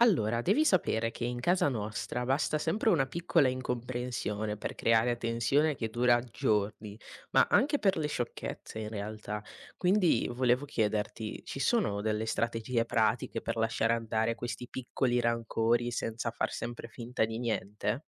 Allora, devi sapere che in casa nostra basta sempre una piccola incomprensione per creare tensione che dura giorni, ma anche per le sciocchezze in realtà. Quindi volevo chiederti, ci sono delle strategie pratiche per lasciare andare questi piccoli rancori senza far sempre finta di niente?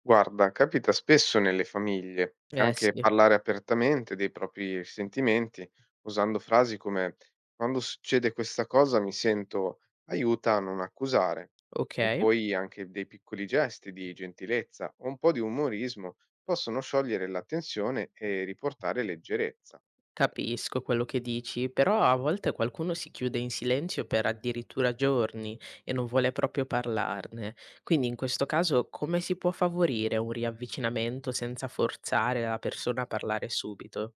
Guarda, capita spesso nelle famiglie, Eh anche sì, parlare apertamente dei propri sentimenti, usando frasi come quando succede questa cosa mi sento aiuta a non accusare. E ok. poi anche dei piccoli gesti di gentilezza o un po' di umorismo possono sciogliere la tensione e riportare leggerezza. Capisco quello che dici, però a volte qualcuno si chiude in silenzio per addirittura giorni e non vuole proprio parlarne. Quindi in questo caso come si può favorire un riavvicinamento senza forzare la persona a parlare subito?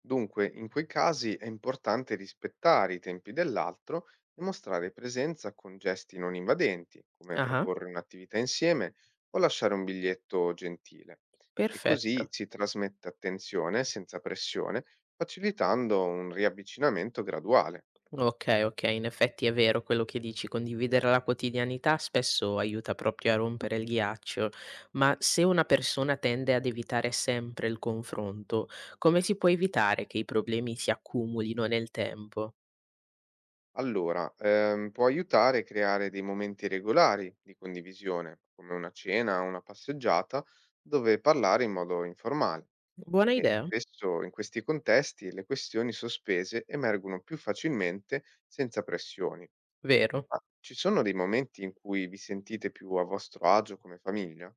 Dunque, in quei casi è importante rispettare i tempi dell'altro e mostrare presenza con gesti non invadenti, come Ah, proporre un'attività insieme o lasciare un biglietto gentile. E così perfetto. si trasmette attenzione senza pressione, facilitando un riavvicinamento graduale. Okay, okay, in effetti è vero quello che dici, condividere la quotidianità spesso aiuta proprio a rompere il ghiaccio, ma se una persona tende ad evitare sempre il confronto, come si può evitare che i problemi si accumulino nel tempo? Allora, può aiutare a creare dei momenti regolari di condivisione, come una cena o una passeggiata, dove parlare in modo informale. Buona E idea, spesso in questi contesti le questioni sospese emergono più facilmente senza pressioni. vero? Ma ci sono dei momenti in cui vi sentite più a vostro agio come famiglia?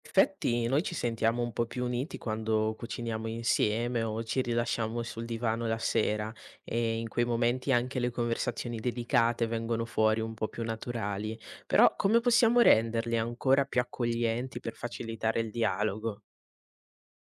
Effetti noi ci sentiamo un po' più uniti quando cuciniamo insieme o ci rilasciamo sul divano la sera e in quei momenti anche le conversazioni delicate vengono fuori un po' più naturali. Però come possiamo renderli ancora più accoglienti per facilitare il dialogo?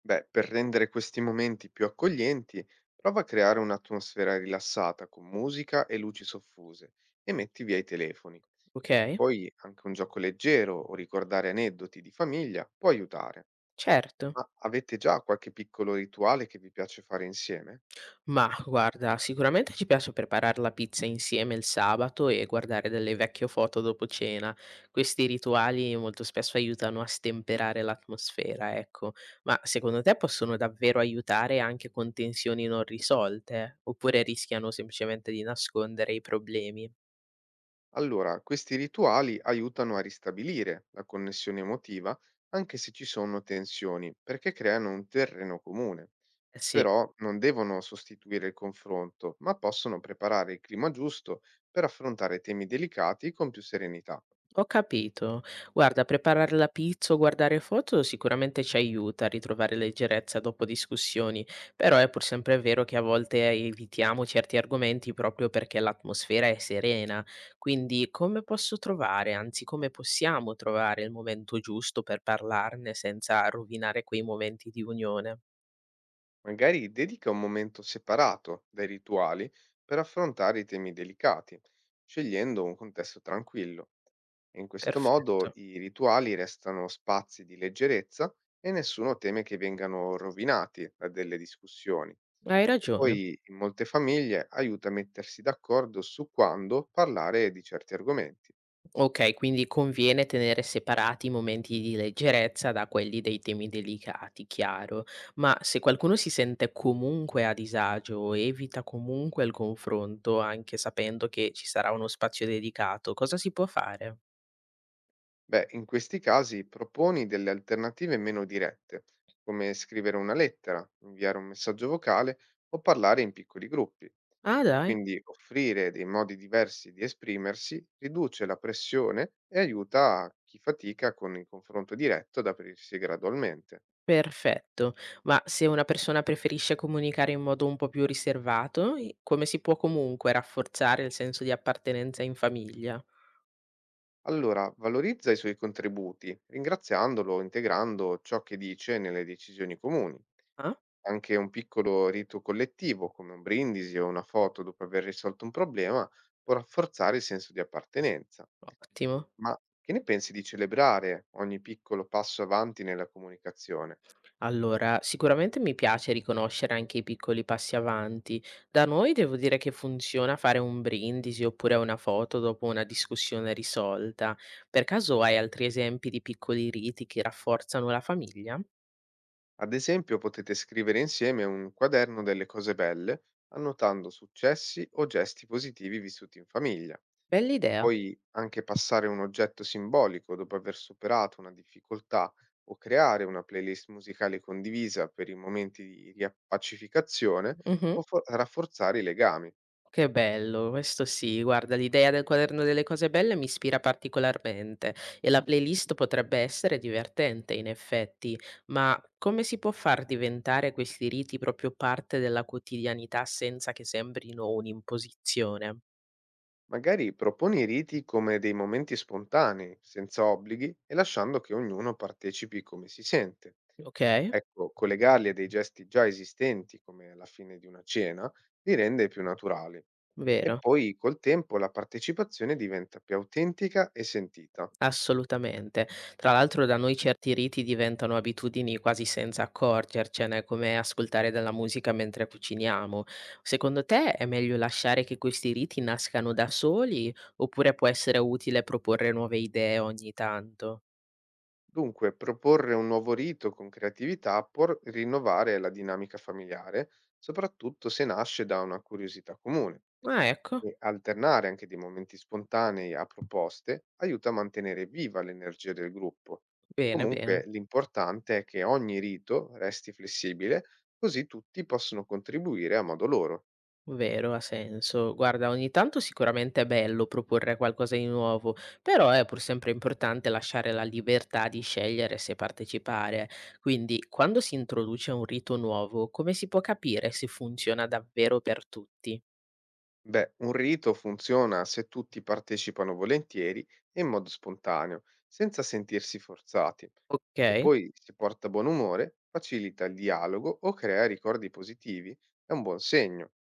Beh, per rendere questi momenti più accoglienti, prova a creare un'atmosfera rilassata con musica e luci soffuse e metti via i telefoni. Ok? Poi anche un gioco leggero o ricordare aneddoti di famiglia può aiutare. Certo. Ma avete già qualche piccolo rituale che vi piace fare insieme? Mah, guarda, sicuramente ci piace preparar la pizza insieme il sabato e guardare delle vecchie foto dopo cena. Questi rituali molto spesso aiutano a stemperare l'atmosfera, ecco. Ma secondo te possono davvero aiutare anche con tensioni non risolte? Oppure rischiano semplicemente di nascondere i problemi? Allora, questi rituali aiutano a ristabilire la connessione emotiva, anche se ci sono tensioni, perché creano un terreno comune. Eh sì. Però non devono sostituire il confronto, ma possono preparare il clima giusto per affrontare temi delicati con più serenità. Ho capito. Guarda, preparare la pizza o guardare foto sicuramente ci aiuta a ritrovare leggerezza dopo discussioni, però è pur sempre vero che a volte evitiamo certi argomenti proprio perché l'atmosfera è serena. Quindi come posso trovare, anzi come possiamo trovare il momento giusto per parlarne senza rovinare quei momenti di unione? Magari dedica un momento separato dai rituali per affrontare i temi delicati, scegliendo un contesto tranquillo. In questo modo Perfetto. i rituali restano spazi di leggerezza e nessuno teme che vengano rovinati da delle discussioni. Hai ragione. Poi in molte famiglie aiuta a mettersi d'accordo su quando parlare di certi argomenti. Okay, quindi conviene tenere separati i momenti di leggerezza da quelli dei temi delicati, chiaro. Ma se qualcuno si sente comunque a disagio o evita comunque il confronto, anche sapendo che ci sarà uno spazio dedicato, cosa si può fare? Beh, in questi casi proponi delle alternative meno dirette, come scrivere una lettera, inviare un messaggio vocale o parlare in piccoli gruppi. Ah E dai, quindi offrire dei modi diversi di esprimersi riduce la pressione e aiuta chi fatica con il confronto diretto ad aprirsi gradualmente. perfetto. Ma se una persona preferisce comunicare in modo un po' più riservato, i come si può comunque rafforzare il senso di appartenenza in famiglia? Allora, valorizza i suoi contributi, ringraziandolo, o integrando ciò che dice nelle decisioni comuni. Ah, Anche un piccolo rito collettivo, come un brindisi o una foto dopo aver risolto un problema, può rafforzare il senso di appartenenza. ottimo. Ma che ne pensi di celebrare ogni piccolo passo avanti nella comunicazione? Allora, sicuramente mi piace riconoscere anche i piccoli passi avanti. Da noi devo dire che funziona fare un brindisi oppure una foto dopo una discussione risolta. Per caso hai altri esempi di piccoli riti che rafforzano la famiglia? Ad esempio, potete scrivere insieme un quaderno delle cose belle, annotando successi o gesti positivi vissuti in famiglia. Bella idea. Poi anche passare un oggetto simbolico dopo aver superato una difficoltà o creare una playlist musicale condivisa per i momenti di riappacificazione Mhm. può rafforzare i legami. Che bello, questo sì. Guarda, l'idea del quaderno delle cose belle mi ispira particolarmente e la playlist potrebbe essere divertente in effetti, ma come si può far diventare questi riti proprio parte della quotidianità senza che sembrino un'imposizione? Magari proponi i riti come dei momenti spontanei, senza obblighi e lasciando che ognuno partecipi come si sente. Ok, Ecco, collegarli a dei gesti già esistenti, come la fine di una cena, li rende più naturali. E vero. poi col tempo la partecipazione diventa più autentica e sentita. Assolutamente. Tra l'altro da noi certi riti diventano abitudini quasi senza accorgercene, come ascoltare della musica mentre cuciniamo. Secondo te è meglio lasciare che questi riti nascano da soli oppure può essere utile proporre nuove idee ogni tanto? Dunque, proporre un nuovo rito con creatività può rinnovare la dinamica familiare, soprattutto se nasce da una curiosità comune. Ah, ecco, E alternare anche dei momenti spontanei a proposte aiuta a mantenere viva l'energia del gruppo. bene, bene. Comunque, l'importante è che ogni rito resti flessibile, così tutti possono contribuire a modo loro. Vero, ha senso. Guarda, ogni tanto sicuramente è bello proporre qualcosa di nuovo, però è pur sempre importante lasciare la libertà di scegliere se partecipare. Quindi, quando si introduce un rito nuovo, come si può capire se funziona davvero per tutti? Beh, un rito funziona se tutti partecipano volentieri e in modo spontaneo, senza sentirsi forzati. E Ok? poi si porta buon umore, facilita il dialogo o crea ricordi positivi, è un buon segno.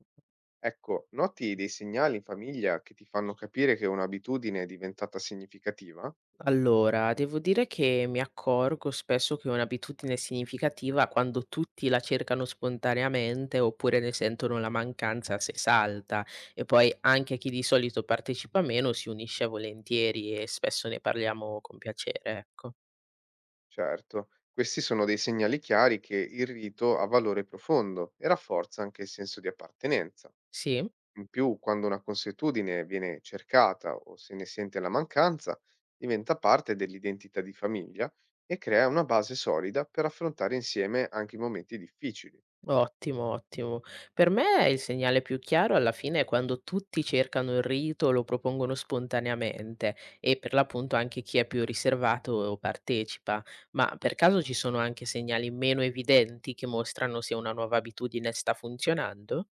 Ecco, noti dei segnali in famiglia che ti fanno capire che un'abitudine è diventata significativa? Allora, devo dire che mi accorgo spesso che è un'abitudine significativa quando tutti la cercano spontaneamente oppure ne sentono la mancanza se salta e poi anche chi di solito partecipa meno si unisce volentieri e spesso ne parliamo con piacere, ecco. Certo, questi sono dei segnali chiari che il rito ha valore profondo e rafforza anche il senso di appartenenza. Sì? In più, quando una consuetudine viene cercata o se ne sente la mancanza, diventa parte dell'identità di famiglia e crea una base solida per affrontare insieme anche i momenti difficili. Ottimo, ottimo. Per me il segnale più chiaro alla fine è quando tutti cercano il rito, lo propongono spontaneamente e per l'appunto anche chi è più riservato partecipa. Ma per caso ci sono anche segnali meno evidenti che mostrano se una nuova abitudine sta funzionando?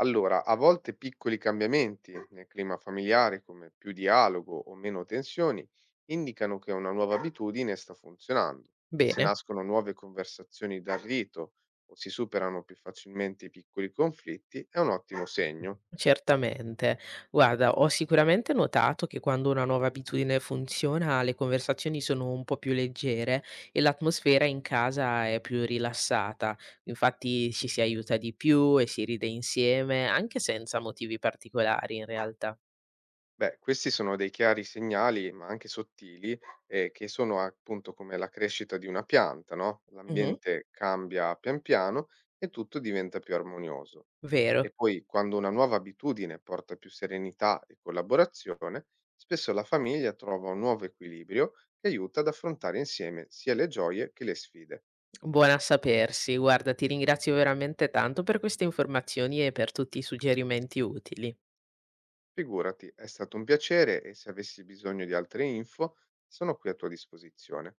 Allora, a volte piccoli cambiamenti nel clima familiare, come più dialogo o meno tensioni, indicano che una nuova abitudine sta funzionando. E se Bene. nascono nuove conversazioni dal rito o si superano più facilmente i piccoli conflitti, è un ottimo segno. Certamente. Guarda, ho sicuramente notato che quando una nuova abitudine funziona, le conversazioni sono un po' più leggere e l'atmosfera in casa è più rilassata. Infatti ci si aiuta di più e si ride insieme, anche senza motivi particolari in realtà. Beh, questi sono dei chiari segnali, ma anche sottili, che sono appunto come la crescita di una pianta, no? Mhm, L'ambiente cambia pian piano e tutto diventa più armonioso. vero. E poi, quando una nuova abitudine porta più serenità e collaborazione, spesso la famiglia trova un nuovo equilibrio che aiuta ad affrontare insieme sia le gioie che le sfide. Buona a sapersi. Guarda, ti ringrazio veramente tanto per queste informazioni e per tutti i suggerimenti utili. Figurati, è stato un piacere e se avessi bisogno di altre info, sono qui a tua disposizione.